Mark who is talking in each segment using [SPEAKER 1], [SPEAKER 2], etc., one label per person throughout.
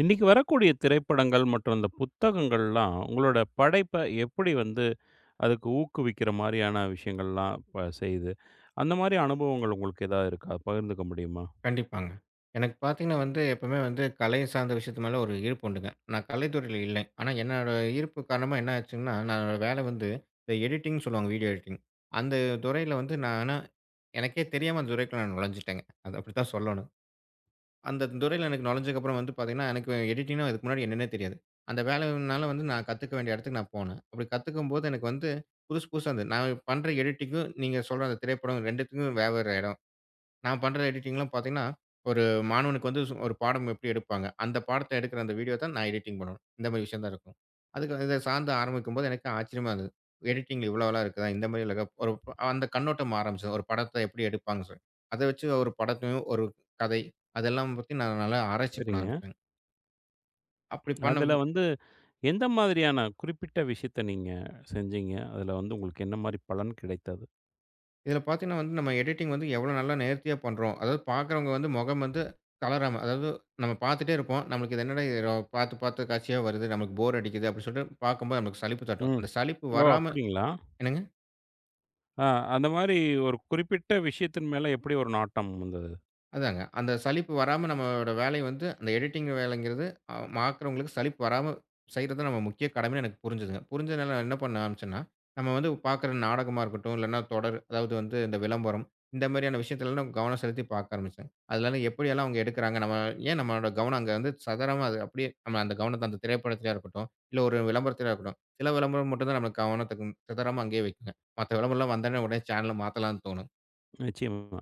[SPEAKER 1] இன்னைக்கு வரக்கூடிய திரைப்படங்கள் மற்றும் இந்த புத்தகங்கள்லாம் உங்களோட படைப்பை எப்படி வந்து அதுக்கு ஊக்குவிக்கிற மாதிரியான விஷயங்கள்லாம் செய்யுது. அந்த மாதிரி அனுபவங்கள் உங்களுக்கு ஏதாவது இருக்கா, பகிர்ந்துக்க முடியுமா?
[SPEAKER 2] கண்டிப்பாங்க. எனக்கு பார்த்தீங்கன்னா வந்து, எப்பவுமே வந்து கலை சார்ந்த விஷயத்து மேல ஒரு ஈர்ப்பு உண்டுங்க. நான் கலைத்துறையில இல்லை. ஆனா என்னோட ஈர்ப்பு காரணமா என்ன ஆச்சுங்கன்னா, நான் என்னோட வேலை வந்து இந்த எடிட்டிங்ன்னு சொல்லுவாங்க. Video editing. அந்த துறையில வந்து நான் ஆனா எனக்கே தெரியாம அந்த துறைக்குள்ள நான் நுழைஞ்சுட்டேங்க. அது அப்படித்தான் சொல்லணும். அந்த துறையில எனக்கு நுழைஞ்சதுக்கப்புறம் வந்து பார்த்தீங்கன்னா, எனக்கு எடிட்டிங்ன்னா இதுக்கு முன்னாடி என்னன்னே தெரியாது. அந்த வேலையினால வந்து நான் கத்துக்க வேண்டிய இடத்துக்கு நான் போனேன். அப்படி கத்துக்கும்போது எனக்கு வந்து புதுசு புதுசா இருந்தது. நான் பண்ற எடிட்டிங்கும், நீங்க சொல்ற அந்த திரைப்படம் 2த்துக்கும் வேற வேற இடம். நான் பண்ற எடிட்டிங்லாம் பார்த்தீங்கன்னா, ஒரு மாணவனுக்கு வந்து ஒரு பாடம் எப்படி எடுப்பாங்க, அந்த பாடத்த எடுக்கிற அந்த வீடியோ தான் நான் எடிட்டிங் பண்ணணும். இந்த மாரி விஷயம் தான் இருக்கும். அதுக்கு இத சார்ந்து ஆரம்பிக்கும்போது எனக்கு ஆச்சரியமா இருந்தது. எடிட்டிங்ல இவ்வளோலாம் இருக்குதா? இந்த மாரி இல்ல ஒரு அந்த கண்ணோட்டம் ஆரம்பிச்சது. ஒரு படத்த எப்படி எடுப்பாங்கன்னு சொல்லி. அத வச்சு ஒரு படத்தையும், ஒரு கதை அதெல்லாம் பத்தி நான் நல்லா ஆராய்ச்சி பண்ண
[SPEAKER 1] சரிங்க.
[SPEAKER 2] ஆரம்பிச்சேங்க. அப்படி பண்ண
[SPEAKER 1] அதில் வந்து எந்த மாதிரியான குறிப்பிட்ட விஷயத்தை நீங்கள் செஞ்சீங்க, அதில் வந்து உங்களுக்கு என்ன மாதிரி பலன் கிடைத்தது?
[SPEAKER 2] இதில பார்த்தீங்கன்னா வந்து, நம்ம எடிட்டிங் வந்து எவ்வளோ நல்லா நேர்த்தியா பண்றோம். அதாவது பார்க்குறவங்க வந்து முகம் வந்து கலராம, அதாவது நம்ம பார்த்துட்டே இருப்போம். நம்மளுக்கு இது என்னடா இது பார்த்து பார்த்து காட்சியா வருது. நமக்கு போர் அடிக்குது அப்படின்னு சொல்லிட்டு பார்க்கும்போது நமக்கு சலிப்பு தட்டும்.
[SPEAKER 1] ம்.
[SPEAKER 2] அந்த சலிப்பு
[SPEAKER 1] ஓ,
[SPEAKER 2] வராம
[SPEAKER 1] அப்படிங்களா?
[SPEAKER 2] என்னங்க?
[SPEAKER 1] ஆ. அந்த மாதிரி ஒரு குறிப்பிட்ட விஷயத்தின் மேலே எப்படி ஒரு நாட்டம் வந்தது?
[SPEAKER 2] அதாங்க. அந்த சலிப்பு வராம நம்மளோட வேலை வந்து அந்த எடிட்டிங் வேலைங்கிறது பார்க்குறவங்களுக்கு சலிப்பு வராம செய்றது நம்ம முக்கிய கடமைன்னு எனக்கு புரிஞ்சுதுங்க. புரிஞ்சதுனால நான் என்ன பண்ண ஆரம்பிச்சேன்னா, நம்ம வந்து பார்க்குற நாடகமா இருக்கட்டும், இல்லன்னா தொடர் அதாவது வந்து இந்த விளம்பரம், இந்த மாரியான விஷயத்துலலாம் நான் கவனம் செலுத்தி பார்க்க ஆரம்பிச்சேன். அதுலலாம் எப்படியெல்லாம் அவங்க எடுக்குறாங்க, நம்ம ஏன் நம்மளோட கவனம் அங்க வந்து சதறமா அது அப்படியே நம்ம அந்த கவனத்த அந்த திரைப்படத்திலயா இருக்கட்டும், இல்ல ஒரு விளம்பரத்திலயா இருக்கட்டும், சில விளம்பரம் மட்டும் தான் நம்ம கவனத்துக்கு சிதறாம அங்கேயே வைக்குங்க. மத்த விளம்பரம்லாம் வந்தோனே உடனே சேனல மாத்தலாம்ன்னு தோணும்.
[SPEAKER 1] நிச்சயமா.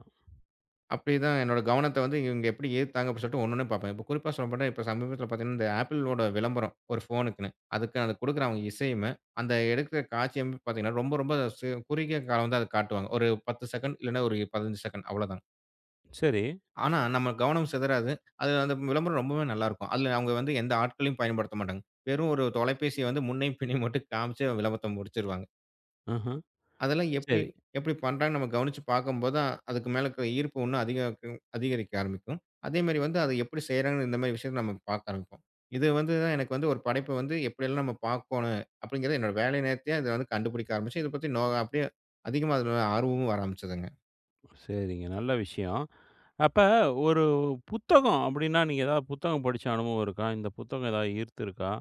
[SPEAKER 2] அப்படிதான் என்னோட கவனத்த வந்து இவங்க எப்படி ஈர்த்தாங்க அப்படின்னு சொல்லிட்டு ஒண்ணொண்ணும் பார்ப்பேன். இப்போ குறிப்பா சொல்லப்போனா, இப்போ சமீபத்தில பார்த்தீங்கன்னா, இந்த Appleவோட விளம்பரம் ஒரு ஃபோனுக்குன்னு. அதுக்கு அது குடுக்குற அவங்க இசையுமே, அந்த எடுக்கிற காட்சி அமைப்பு பார்த்தீங்கன்னா, ரொம்ப ரொம்ப குறுகிய காலம் வந்து அத காட்டுவாங்க. ஒரு 10 செகண்ட் இல்லன்னா ஒரு 15 செகண்ட் அவ்வளோதான்.
[SPEAKER 1] சரி.
[SPEAKER 2] ஆனா, நம்ம கவனம் சிதறாது. அது அந்த விளம்பரம் ரொம்பவே நல்லாயிருக்கும். அதுல அவங்க வந்து எந்த ஆட்களையும் பயன்படுத்த மாட்டாங்க. வெறும் ஒரு தொலைபேசிய வந்து முன்னையும் பின்னையும் மட்டும் காமிச்சு விளம்பரத்த முடிச்சுருவாங்க.
[SPEAKER 1] ஆஹா.
[SPEAKER 2] அதெல்லாம் எப்படி
[SPEAKER 1] சரி.
[SPEAKER 2] எப்படி பண்றாங்கன்னு நம்ம கவனிச்சு பார்க்கும்போது தான், அதுக்கு மேல இருக்கிற ஈர்ப்பு இன்னும் அதிகரிக்கும் அதிகரிக்க ஆரம்பிக்கும். அதேமாரி வந்து அத எப்படி செய்றாங்கன்னு இந்த மாரி விஷயத்த நம்ம பார்க்க ஆரம்பிப்போம். இது வந்து தான் எனக்கு வந்து ஒரு படைப்ப வந்து எப்படியெல்லாம் நம்ம பார்க்கோணும் அப்படிங்கிறது என்னோட வேலை நேரத்தையே அத வந்து கண்டுபிடிக்க ஆரம்பிச்சு, இத பத்தி அப்படியே அதிகமா அதில ஆர்வமும் வர ஆரம்பிச்சதுங்க.
[SPEAKER 1] சரிங்க, நல்ல விஷயம். அப்ப ஒரு புத்தகம் அப்படின்னா, நீங்க ஏதாவது புத்தகம் படிச்ச அனுபவம் இருக்கா? இந்த புத்தகம் ஏதாவது ஈர்த்திருக்கா?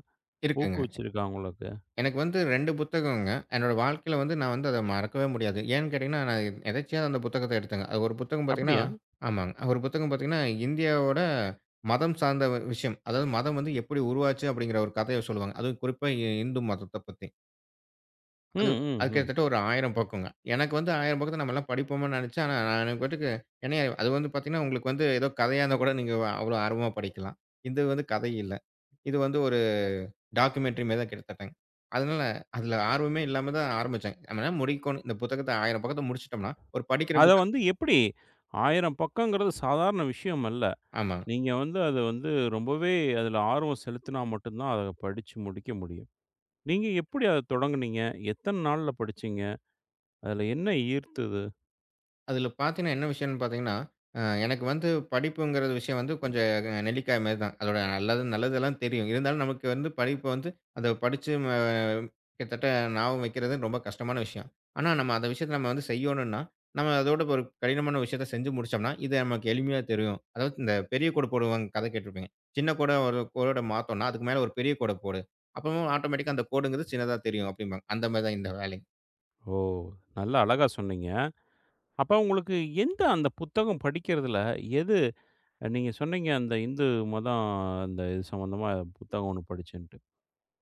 [SPEAKER 2] இருக்குங்க.
[SPEAKER 1] ஊக்குவிச்சிருக்கா உங்களுக்கு?
[SPEAKER 2] எனக்கு வந்து 2 புத்தகங்க. என்னோட வாழ்க்கையில வந்து நான் வந்து அத மறக்கவே முடியாது. ஏன்னு கேட்டீங்கன்னா, நான் எதேர்ச்சையா அந்த புத்தகத்த எடுத்தேங்க. அது ஒரு புத்தகம் பார்த்தீங்கன்னா
[SPEAKER 1] அப்படியா?
[SPEAKER 2] ஆமாங்க. ஒரு புத்தகம் பார்த்தீங்கன்னா, இந்தியாவோட மதம் சார்ந்த விஷயம். அதாவது மதம் வந்து எப்படி உருவாச்சு அப்படிங்கிற ஒரு கதைய சொல்லுவாங்க. அதுவும் குறிப்பா இந்து மதத்த பத்தி.
[SPEAKER 1] ம்,
[SPEAKER 2] அது அது
[SPEAKER 1] ம், ம்.
[SPEAKER 2] கிட்டத்தட்ட ஒரு 1000 பக்கங்க. எனக்கு வந்து 1000 பக்கத்த நம்மலாம் படிப்போம்ன்னு நெனச்சேன். ஆனா நான் எனக்கு பாட்டுக்கு ஏன்னா அது வந்து பார்த்தீங்கன்னா, உங்களுக்கு வந்து ஏதோ கதையா இருந்தா கூட நீங்க அவ்வளோ ஆர்வமா படிக்கலாம். இது வந்து கதை இல்ல. இது வந்து ஒரு டாக்குமென்ட்ரி மாரி தான் கிட்டத்தட்டங்க. அதனால அதுல ஆர்வமே இல்லாம தான் ஆரம்பிச்சேன். நம்ம என்ன முடிக்கணும். இந்த புத்தகத்த 1000 பக்கத்த முடிச்சுட்டோம்னா, ஒரு படிக்கிற
[SPEAKER 1] அத
[SPEAKER 2] புத்தகம்
[SPEAKER 1] வந்து எப்படி, 1000 பக்கங்கிறது சாதாரண விஷயம் அல்ல.
[SPEAKER 2] ஆமா.
[SPEAKER 1] நீங்க வந்து அத வந்து ரொம்பவே அதுல ஆர்வம் செலுத்தினா மட்டும் தான் அத படிச்சு முடிக்க முடியும். நீங்க எப்படி அத தொடங்குனீங்க? எத்தன நாள்ல படிச்சீங்க? அதுல என்ன ஈர்த்தது?
[SPEAKER 2] அதில பார்த்தீங்கன்னா, என்ன விஷயம்னு பார்த்தீங்கன்னா, எனக்கு வந்து படிப்புங்கிறது விஷயம் வந்து கொஞ்சம் நெல்லிக்காய் மாரி தான். அதோட நல்லது நல்லதெல்லாம் தெரியும். இருந்தாலும் நமக்கு வந்து படிப்பு வந்து அத படிச்சு கிட்டத்தட்ட ஞாபகம் வைக்கிறது ரொம்ப கஷ்டமான விஷயம். ஆனா, நம்ம அந்த விஷயத்த நம்ம வந்து செய்யணும்னா, நம்ம அதோட ஒரு கடினமான விஷயத்த செஞ்சு முடிச்சோம்னா, இது நமக்கு எளிமையா தெரியும். அதாவது இந்த பெரிய கோடு போடுவாங்க கதை கேட்டுருப்பீங்க. சின்ன கோட ஒரு கோட மாத்தோம்னா, அதுக்கு மேல ஒரு பெரிய கோட போடு. அப்பவும் ஆட்டோமேட்டிக்கா அந்த கோடுங்கிறது சின்னதா தெரியும் அப்டிம்பாங்க. அந்த மாரி தான் இந்த வேலையும்.
[SPEAKER 1] ஓ! நல்லா அழகா சொன்னீங்க. அப்ப உங்களுக்கு எந்த அந்த புத்தகம் படிக்கிறதுல எது, நீங்க சொன்னீங்க அந்த இந்து மதம், அந்த இது சம்மந்தமா புத்தகம் ஒண்ணு படிச்சேன்ட்டு.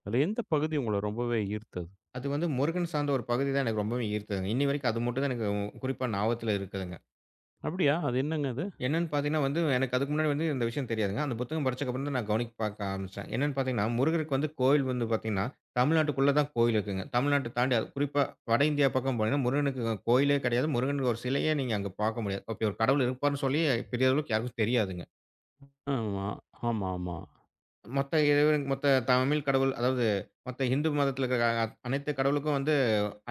[SPEAKER 1] அதுல எந்த பகுதி உங்கள ரொம்பவே ஈர்த்தது?
[SPEAKER 2] அது வந்து முருகன் சார்ந்த ஒரு பகுதி தான் எனக்கு ரொம்பவே ஈர்த்ததுங்க. இன்னி வரைக்கும் அது மட்டும் தான் எனக்கு குறிப்பா ஞாபகத்துல இருக்குதுங்க.
[SPEAKER 1] அப்படியா? அது என்னங்க அது?
[SPEAKER 2] என்னன்னு பார்த்தீங்கன்னா வந்து, எனக்கு அதுக்கு முன்னாடி வந்து இந்த விஷயம் தெரியாதுங்க. அந்த புத்தகம் படிச்சதுக்கப்புறம் தான் நான் கவனிக்க பார்க்க ஆரம்பிச்சேன். என்னன்னு பார்த்தீங்கன்னா, முருகருக்கு வந்து கோயில் வந்து பார்த்தீங்கன்னா, தமிழ்நாட்டுக்குள்ள தான் கோயில் இருக்குங்க. தமிழ்நாட்ட தாண்டி அது குறிப்பா வட இந்தியா பக்கம் போனீங்கன்னா, முருகனுக்கு கோயிலே கிடையாது. முருகனுக்கு ஒரு சிலையே நீங்க அங்க பார்க்க முடியாது. அப்படி ஒரு கடவுள் இருப்பார்ன்னு சொல்லி பெரிய அளவுக்கு யாருக்கும் தெரியாதுங்க.
[SPEAKER 1] ஆமா, ஆமா, ஆமா,
[SPEAKER 2] மொத்த இறைவனுக்கு மொத்த தமிழ் கடவுள் அதாவது மொத்த இந்து மதத்துல இருக்கிற அனைத்து கடவுளுக்கும் வந்து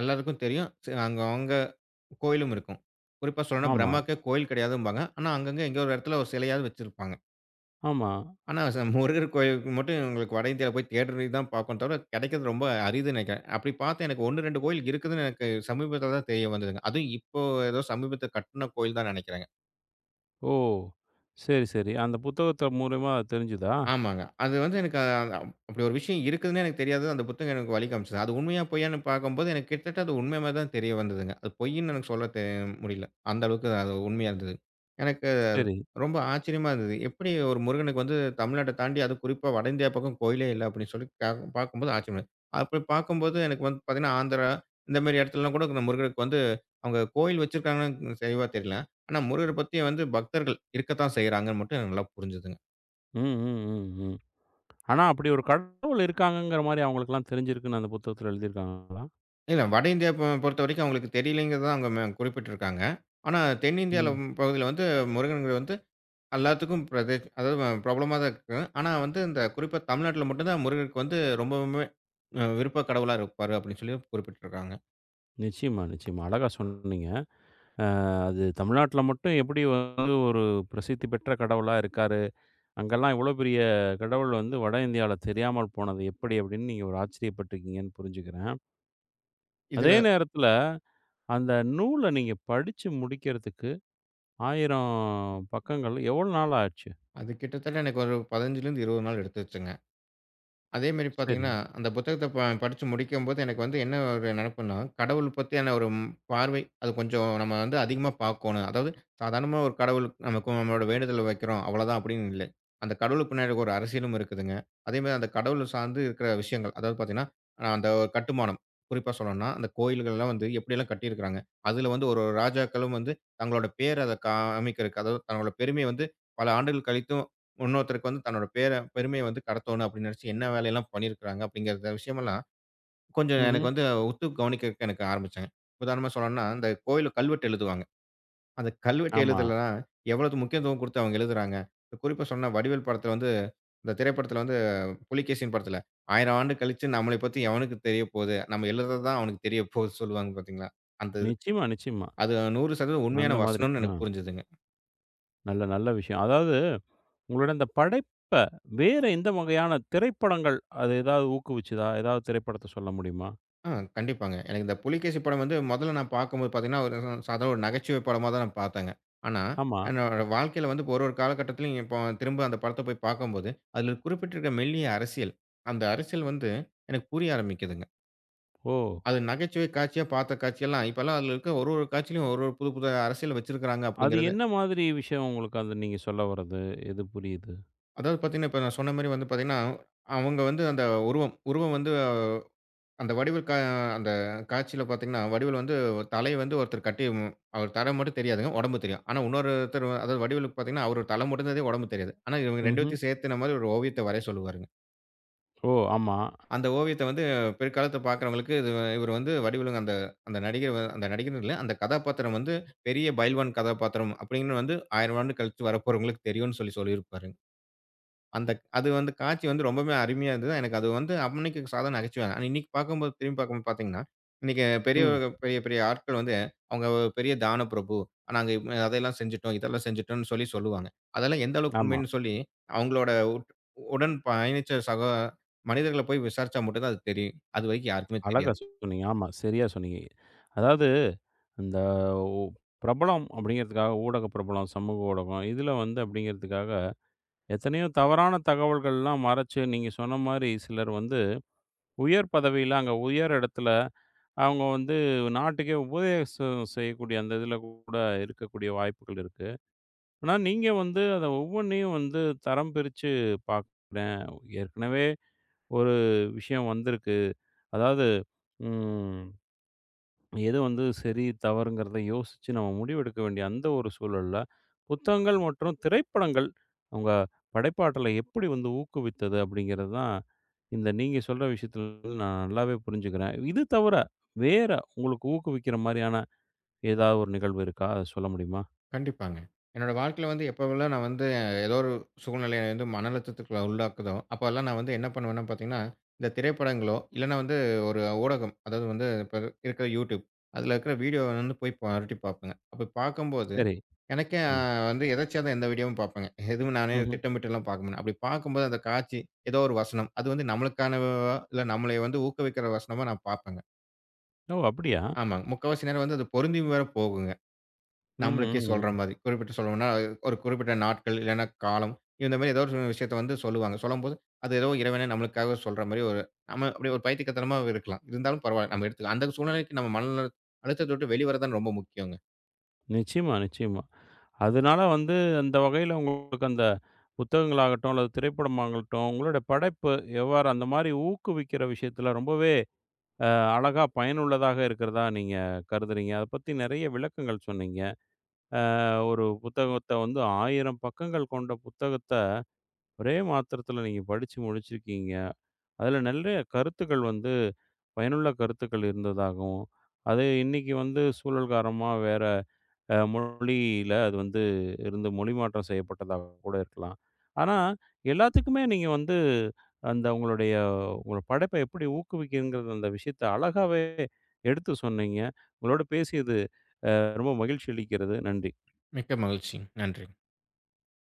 [SPEAKER 2] எல்லாருக்கும் தெரியும். அங்க அங்க கோயிலும் இருக்கும். குறிப்பா சொல்லணும்னா
[SPEAKER 1] ஆமா,
[SPEAKER 2] பிரம்மாவுக்கே கோயில் கிடையாதும்பாங்க. ஆனா, அங்கங்க எங்கேயோ ஒரு இடத்துல ஒரு சிலையாவது வச்சிருப்பாங்க.
[SPEAKER 1] ஆமா.
[SPEAKER 2] ஆனா, முருகர் கோயிலுக்கு மட்டும் உங்களுக்கு வட இந்தியால போய் தேடி தான் பார்க்கணும் தவிர, கிடைக்கிறது ரொம்ப அரிதுன்னு நினைக்கிறேன். அப்படி பார்த்து எனக்கு 1, 2 கோயில் இருக்குதுன்னு எனக்கு சமீபத்தில தான் தெரிய வந்ததுங்க. அதுவும் இப்போ ஏதோ சமீபத்தில கட்டுன கோயில் தான் நினைக்கிறேங்க.
[SPEAKER 1] ஓ! சரி, சரி. அந்த புத்தகத்த மூலியமா தெரிஞ்சுதா?
[SPEAKER 2] ஆமாங்க. அது வந்து எனக்கு அ அ- அப்படி ஒரு விஷயம் இருக்குதுன்னே எனக்கு தெரியாது. அந்த புத்தகம் எனக்கு வழி காமிச்சது. அது உண்மையா, பொய்யான்னு பார்க்கும்போது எனக்கு கிட்டத்தட்ட அது உண்மை மாரி தான் தெரிய வந்ததுங்க. அது பொய்ன்னு எனக்கு சொல்ல முடியல. அந்த அளவுக்கு அது உண்மையா இருந்தது. எனக்கு அது
[SPEAKER 1] சரி.
[SPEAKER 2] ரொம்ப ஆச்சரியமா இருந்தது. எப்படி ஒரு முருகனுக்கு வந்து தமிழ்நாட்ட தாண்டி அதுவும் குறிப்பா வட இந்தியா பக்கம் கோயிலே இல்ல அப்படின்னு சொல்லி பார்க்கும்போது ஆச்சரியமா அப்படி பார்க்கும்போது எனக்கு வந்து பார்த்தீங்கன்னா, ஆந்திரா இந்த மாரி இடத்துலலாம் கூட இந்த முருகருக்கு வந்து அவங்க கோயில் வச்சிருக்காங்கன்னு தெளிவா தெரியல. ஆனா முருகர பத்தி வந்து பக்தர்கள் இருக்கத்தான் செய்றாங்கன்னு மட்டும் எனக்கு நல்லா புரிஞ்சதுங்க.
[SPEAKER 1] ம், ம், ம், ம். ஆனா அப்படி ஒரு கடவுள் இருக்காங்கங்கிற மாரி அவங்களுக்கெல்லாம் தெரிஞ்சிருக்குன்னு அந்த புத்தகத்துல எழுதியிருக்காங்களா?
[SPEAKER 2] இல்ல. வட இந்தியா பொறுத்தவரைக்கும் அவங்களுக்கு தெரியலைங்கிறது தான் அவங்க குறிப்பிட்டிருக்காங்க. ஆனா தென்னிந்தியால
[SPEAKER 1] ம்.
[SPEAKER 2] பகுதியில வந்து முருகனுங்கிறது வந்து எல்லாத்துக்கும் பிரதி அதாவது பிரபலமா தான் இருக்கு. ஆனா வந்து இந்த குறிப்பா தமிழ்நாட்டுல மட்டும் தான் முருகனுக்கு வந்து ரொம்பவுமே விருப்ப கடவுளா இருப்பாரு அப்படின்னு சொல்லி குறிப்பிட்டிருக்காங்க.
[SPEAKER 1] நிச்சயமா, நிச்சயமா. அழகா சொன்னீங்க. அ அது தமிழ்நாட்டுல மட்டும் எப்படி வந்து ஒரு பிரசித்தி பெற்ற கடவுளா இருக்காரு, அங்கெல்லாம் இவ்வளோ பெரிய கடவுள் வந்து வட இந்தியாவுல தெரியாமல் போனது எப்படி அப்படின்னு நீங்க ஒரு ஆச்சரியப்பட்டுருக்கீங்கன்னு புரிஞ்சுக்கிறேன். அதே
[SPEAKER 2] இதுல
[SPEAKER 1] நேரத்தில அந்த நூல நீங்க படிச்சு முடிக்கிறதுக்கு 1000 பக்கங்கள் எவ்வளோ நாள் ஆச்சு?
[SPEAKER 2] அது கிட்டத்தட்ட எனக்கு ஒரு 15லேருந்து 20 நாள் எடுத்துச்சுங்க. அதேமாரி
[SPEAKER 1] சரி.
[SPEAKER 2] பார்த்தீங்கன்னா, அந்த புத்தகத்த படிச்சு முடிக்கும்போது எனக்கு வந்து என்ன ஒரு நெனப்புன்னா, கடவுள் பத்தியான ஒரு பார்வை, அது கொஞ்சம் நம்ம வந்து அதிகமா பார்க்கோணும். அதாவது சாதாரணமா ஒரு கடவுள் நமக்கு நம்மளோட வேண்டுதல வைக்கிறோம், அவ்வளதான் அப்படின்னு இல்லை. அந்த கடவுளுக்கு பின்னாடி ஒரு அரசியலும் இருக்குதுங்க. அதேமாரி அந்த கடவுள சார்ந்து இருக்கிற விஷயங்கள், அதாவது பார்த்தீங்கன்னா, அந்த ஒரு கட்டுமானம். குறிப்பா சொல்லணும்னா, அந்த கோயில்கள்லாம் வந்து எப்படியெல்லாம் கட்டியிருக்கிறாங்க. அதுல வந்து ஒரு ஒரு ராஜாக்களும் வந்து தங்களோட பேர அத காமிக்கிறக்கு, அதாவது தங்களோட பெருமைய வந்து பல ஆண்டுகள் கழித்தும் இன்னொருத்தருக்கு வந்து தன்னோட பேர பெருமைய வந்து கடத்தணும் அப்படின்னு நினைச்சு என்ன வேலையெல்லாம் பண்ணியிருக்கிறாங்க அப்படிங்கிற விஷயமெல்லாம் கொஞ்சம்
[SPEAKER 1] ம்ஹ்ம்.
[SPEAKER 2] எனக்கு வந்து உத்து கவனிக்க எனக்கு ஆரம்பிச்சாங்க. உதாரணமா சொல்லணும்னா, இந்த கோயில்ல கல்வெட்டு எழுதுவாங்க. அந்த கல்வெட்டு
[SPEAKER 1] ஆமா.
[SPEAKER 2] எழுதுலலாம் எவ்வளவு முக்கியத்துவம் குடுத்து அவங்க எழுதுறாங்க. குறிப்பா சொன்னா வடிவேல் படத்துல வந்து இந்த திரைப்படத்துல வந்து புலிகேசின் படத்துல, "1000 ஆண்டு கழிச்சு நம்மளை பத்தி எவனுக்கு தெரிய போகுது? நம்ம எழுதுறது தான் அவனுக்கு தெரிய போகுது" சொல்லுவாங்க பார்த்தீங்களா? அந்த இது
[SPEAKER 1] நிச்சயமா, நிச்சயமா.
[SPEAKER 2] அது 100%
[SPEAKER 1] அந்த
[SPEAKER 2] உண்மையான
[SPEAKER 1] மாதிரி.
[SPEAKER 2] வசனம்னு
[SPEAKER 1] ஆ.
[SPEAKER 2] எனக்கு புரிஞ்சதுங்க.
[SPEAKER 1] நல்ல நல்ல விஷயம். அதாவது உங்களோட அந்த படைப்ப வேற எந்த வகையான திரைப்படங்கள் அது ஏதாவது ஊக்குவிச்சுதா? ஏதாவது திரைப்படத்த சொல்ல முடியுமா?
[SPEAKER 2] ஆ, கண்டிப்பாங்க. எனக்கு இந்த புலிகேசி படம் வந்து முதல்ல நான் பார்க்கும்போது பார்த்தீங்கன்னா, ஒரு சாதாரண ஒரு நகைச்சுவை படமா தான் நான் பார்த்தேங்க. ஆனா,
[SPEAKER 1] ஆமா.
[SPEAKER 2] என்னோட வாழ்க்கையில வந்து இப்போ ஒரு ஒரு காலகட்டத்திலும் இப்போ திரும்ப அந்த படத்த போய் பார்க்கும்போது, அதில குறிப்பிட்டிருக்க மெல்லிய அரசியல், அந்த அரசியல் வந்து எனக்கு புரிய ஆரம்பிக்குதுங்க.
[SPEAKER 1] ஓ!
[SPEAKER 2] அது நகைச்சுவை காட்சியா பார்த்த காட்சியெல்லாம், இப்பல்லாம் அதில இருக்க ஒரு ஒரு காட்சியிலும் ஒரு ஒரு புது புது அரசியல் வச்சிருக்கிறாங்க
[SPEAKER 1] அது
[SPEAKER 2] அப்படிங்கிறது
[SPEAKER 1] என்ன மாதிரி விஷயம் உங்களுக்கு அது நீங்க சொல்ல வர்றது? எது புரியுது?
[SPEAKER 2] அதாவது பார்த்தீங்கன்னா, இப்ப நான் சொன்ன மாரி வந்து பார்த்தீங்கன்னா, அவங்க வந்து அந்த உருவம் உருவம் வந்து அந்த வடிவேல் அந்த காட்சியில பார்த்தீங்கன்னா, வடிவேல் வந்து தலைய வந்து ஒருத்தர் கட்டி அவர் தலை மட்டும் தெரியாதுங்க. உடம்பு தெரியும். ஆனா இன்னொருத்தர் அதாவது வடிவேலுக்கு பார்த்தீங்கன்னா, அவரு தலை மட்டும் தெரியும். உடம்பு தெரியாது. ஆனா இவங்க
[SPEAKER 1] ம்ஹ்ம்.
[SPEAKER 2] 2த்தையும் சேர்த்துன மாரி ஒரு ஓவியத்த வரைய சொல்லுவாருங்க.
[SPEAKER 1] ஓ! ஆமா.
[SPEAKER 2] அந்த ஓவியத்த வந்து பிற்காலத்த பார்க்கிறவங்களுக்கு இது இவரு வந்து வடிவேலுங்க அந்த அந்த நடிகர் அந்த நடிகர்ன்னு இல்ல. அந்த கதாபாத்திரம் வந்து பெரிய பயில்வான் கதாபாத்திரம் அப்படின்னு வந்து 1000 ஆண்டு கழிச்சு வரப்போறவங்களுக்கு தெரியும்னு சொல்லி சொல்லியிருப்பாருங்க. அந்த அது வந்து காட்சி வந்து ரொம்பவே அருமையா இருந்தது. எனக்கு அது வந்து அன்னைக்கு சாதாரண நகைச்சுவை. ஆனா இன்னைக்கு பார்க்கும்போது திரும்பி பார்க்கும்போது பார்த்தீங்கன்னா, இன்னைக்கு பெரிய
[SPEAKER 1] ம்.
[SPEAKER 2] பெரிய பெரிய ஆட்கள் வந்து அவங்க ஒரு பெரிய தான பிரபு. நாங்க அதையெல்லாம் செஞ்சுட்டோம், இதெல்லாம் செஞ்சுட்டோம்னு சொல்லி சொல்லுவாங்க. அதெல்லாம் எந்த அளவுக்கு
[SPEAKER 1] ஆமா.
[SPEAKER 2] உண்மைன்னு சொல்லி அவங்களோட உடன் பயணிச்ச சக மனிதர்கள போய் விசாரிச்சா மட்டும் தான் அது தெரியும். அதுவரைக்கும் யாருக்குமே
[SPEAKER 1] அழகா
[SPEAKER 2] தெரியாது.
[SPEAKER 1] சொன்னீங்க. ஆமா, சரியா சொன்னீங்க. அதாவது இந்த ஒ பிரபலம் அப்படிங்கிறதுக்காக ஊடக பிரபலம், சமூக ஊடகம் இதில வந்து அப்படிங்கிறதுக்காக எத்தனையோ தவறான தகவல்கள்லாம் மறைச்சு, நீங்க சொன்ன மாரி சிலர் வந்து உயர் பதவியில அங்க உயர் இடத்துல அவங்க வந்து நாட்டுக்கே உபதேசம் செய்யக்கூடிய அந்த இதில கூட இருக்கக்கூடிய வாய்ப்புகள் இருக்கு. ஆனா, நீங்க வந்து அத ஒவ்வொன்னையும் வந்து தரம் பிரிச்சு பார்க்குறேன். ஏற்கனவே ஒரு விஷயம் வந்திருக்கு. அதாவது ம். எது வந்து சரி, தவறுங்கிறத யோசிச்சு நம்ம முடிவெடுக்க வேண்டிய அந்த ஒரு சூழல்ல, புத்தகங்கள் மற்றும் திரைப்படங்கள் உங்க படைப்பாற்றலை எப்படி வந்து ஊக்குவித்தது அப்படிங்கிறது தான் இந்த நீங்க சொல்ற விஷயத்துல வந்து நான் நல்லாவே புரிஞ்சுக்கிறேன். இது தவிர வேற உங்களுக்கு ஊக்குவிக்கிற மாரியான ஏதாவது ஒரு நிகழ்வு இருக்கா? அத சொல்ல முடியுமா?
[SPEAKER 2] கண்டிப்பாங்க. என்னோட வாழ்க்கையில வந்து எப்பவெல்லாம் நான் வந்து ஏதோ ஒரு சூழ்நிலை வந்து மன அழுத்தத்துக்கு உள்ளாக்குதோ, அப்போலாம் நான் வந்து என்ன பண்ணுவேன்னா பார்த்தீங்கன்னா, இந்த திரைப்படங்களோ, இல்லன்னா வந்து ஒரு ஊடகம், அதாவது வந்து இப்ப இருக்கிற YouTube அதில இருக்கிற வீடியோ வந்து போய் புரட்டி பார்ப்பேங்க. அப்படி பார்க்கும்போது,
[SPEAKER 1] சரி.
[SPEAKER 2] எனக்கே
[SPEAKER 1] ம்.
[SPEAKER 2] வந்து எதேர்ச்சியா தான் எந்த வீடியோவும் பார்ப்பேங்க. எதுவும் நானே
[SPEAKER 1] ம்ஹ்ம்.
[SPEAKER 2] திட்டமிட்டுலாம் பார்க்க மாட்டேன். அப்படி பார்க்கும்போது அந்த காட்சி, ஏதோ ஒரு வசனம், அது வந்து நம்மளுக்கானவா, இல்ல நம்மளை வந்து ஊக்குவிக்கிற வசனமா நான் பார்ப்பேங்க.
[SPEAKER 1] ஓ! அப்படியா?
[SPEAKER 2] ஆமாங்க. முக்காவாசி நேரம் வந்து அது பொருந்தி வேற போகுங்க.
[SPEAKER 1] ம், ம்,
[SPEAKER 2] நம்மளுக்கே சொல்ற
[SPEAKER 1] ம்.
[SPEAKER 2] மாரி. குறிப்பிட்டு சொல்லணும்னா, ஒரு குறிப்பிட்ட நாட்கள் இல்லன்னா காலம், இந்த மாரி ஏதோ ஒரு விஷயத்த வந்து சொல்லுவாங்க. சொல்லும்போது, அது ஏதோ இறைவனே நம்மளுக்காக சொல்ற மாரி ஒரு நம்ம அப்படியே ஒரு பைத்தியக்காரத்தனமா இருக்கலாம். இருந்தாலும் பரவால்ல. நம்ம எடுத்துக்கலாம். அந்த சூழ்நிலைக்கு நம்ம மன அழுத்தத்த விட்டு வெளிவர தான் ரொம்ப முக்கியங்க.
[SPEAKER 1] நிச்சயமா, நிச்சயமா. அதனால வந்து அந்த வகையில உங்களுக்கு அந்த புத்தகங்களாகட்டும், அல்லது திரைப்படமாகட்டும், உங்களுடைய படைப்பு எவ்வாறு அந்த மாரி ஊக்குவிக்கிற விஷயத்துல ரொம்பவே அ அழகா பயனுள்ளதாக இருக்கிறதா நீங்க கருதுறீங்க? அத பத்தி நெறைய விளக்கங்கள் சொன்னீங்க. ஒரு புத்தகத்த வந்து 1000 பக்கங்கள் கொண்ட புத்தகத்த ஒரே மாத்திரத்துல நீங்க படிச்சு முடிச்சிருக்கீங்க. அதுல நெறைய கருத்துக்கள் வந்து பயனுள்ள கருத்துக்கள் இருந்ததாகவும், அது இன்னைக்கு வந்து சூழல் காரணமா வேற மொழியில அது வந்து இருந்து மொழி மாற்றம் செய்யப்பட்டதா கூட இருக்கலாம். ஆனா, எல்லாத்துக்குமே நீங்க வந்து அந்த உங்களுடைய உங்களோட படைப்ப எப்படி ஊக்குவிக்கிறதுங்கிற அந்த விஷயத்த அழகாவே எடுத்து சொன்னீங்க. உங்களோட பேசியது ரொம்ப மகிழ்ச்சி அளிக்கிறது. நன்றி.
[SPEAKER 2] மிக்க மகிழ்ச்சி. நன்றி.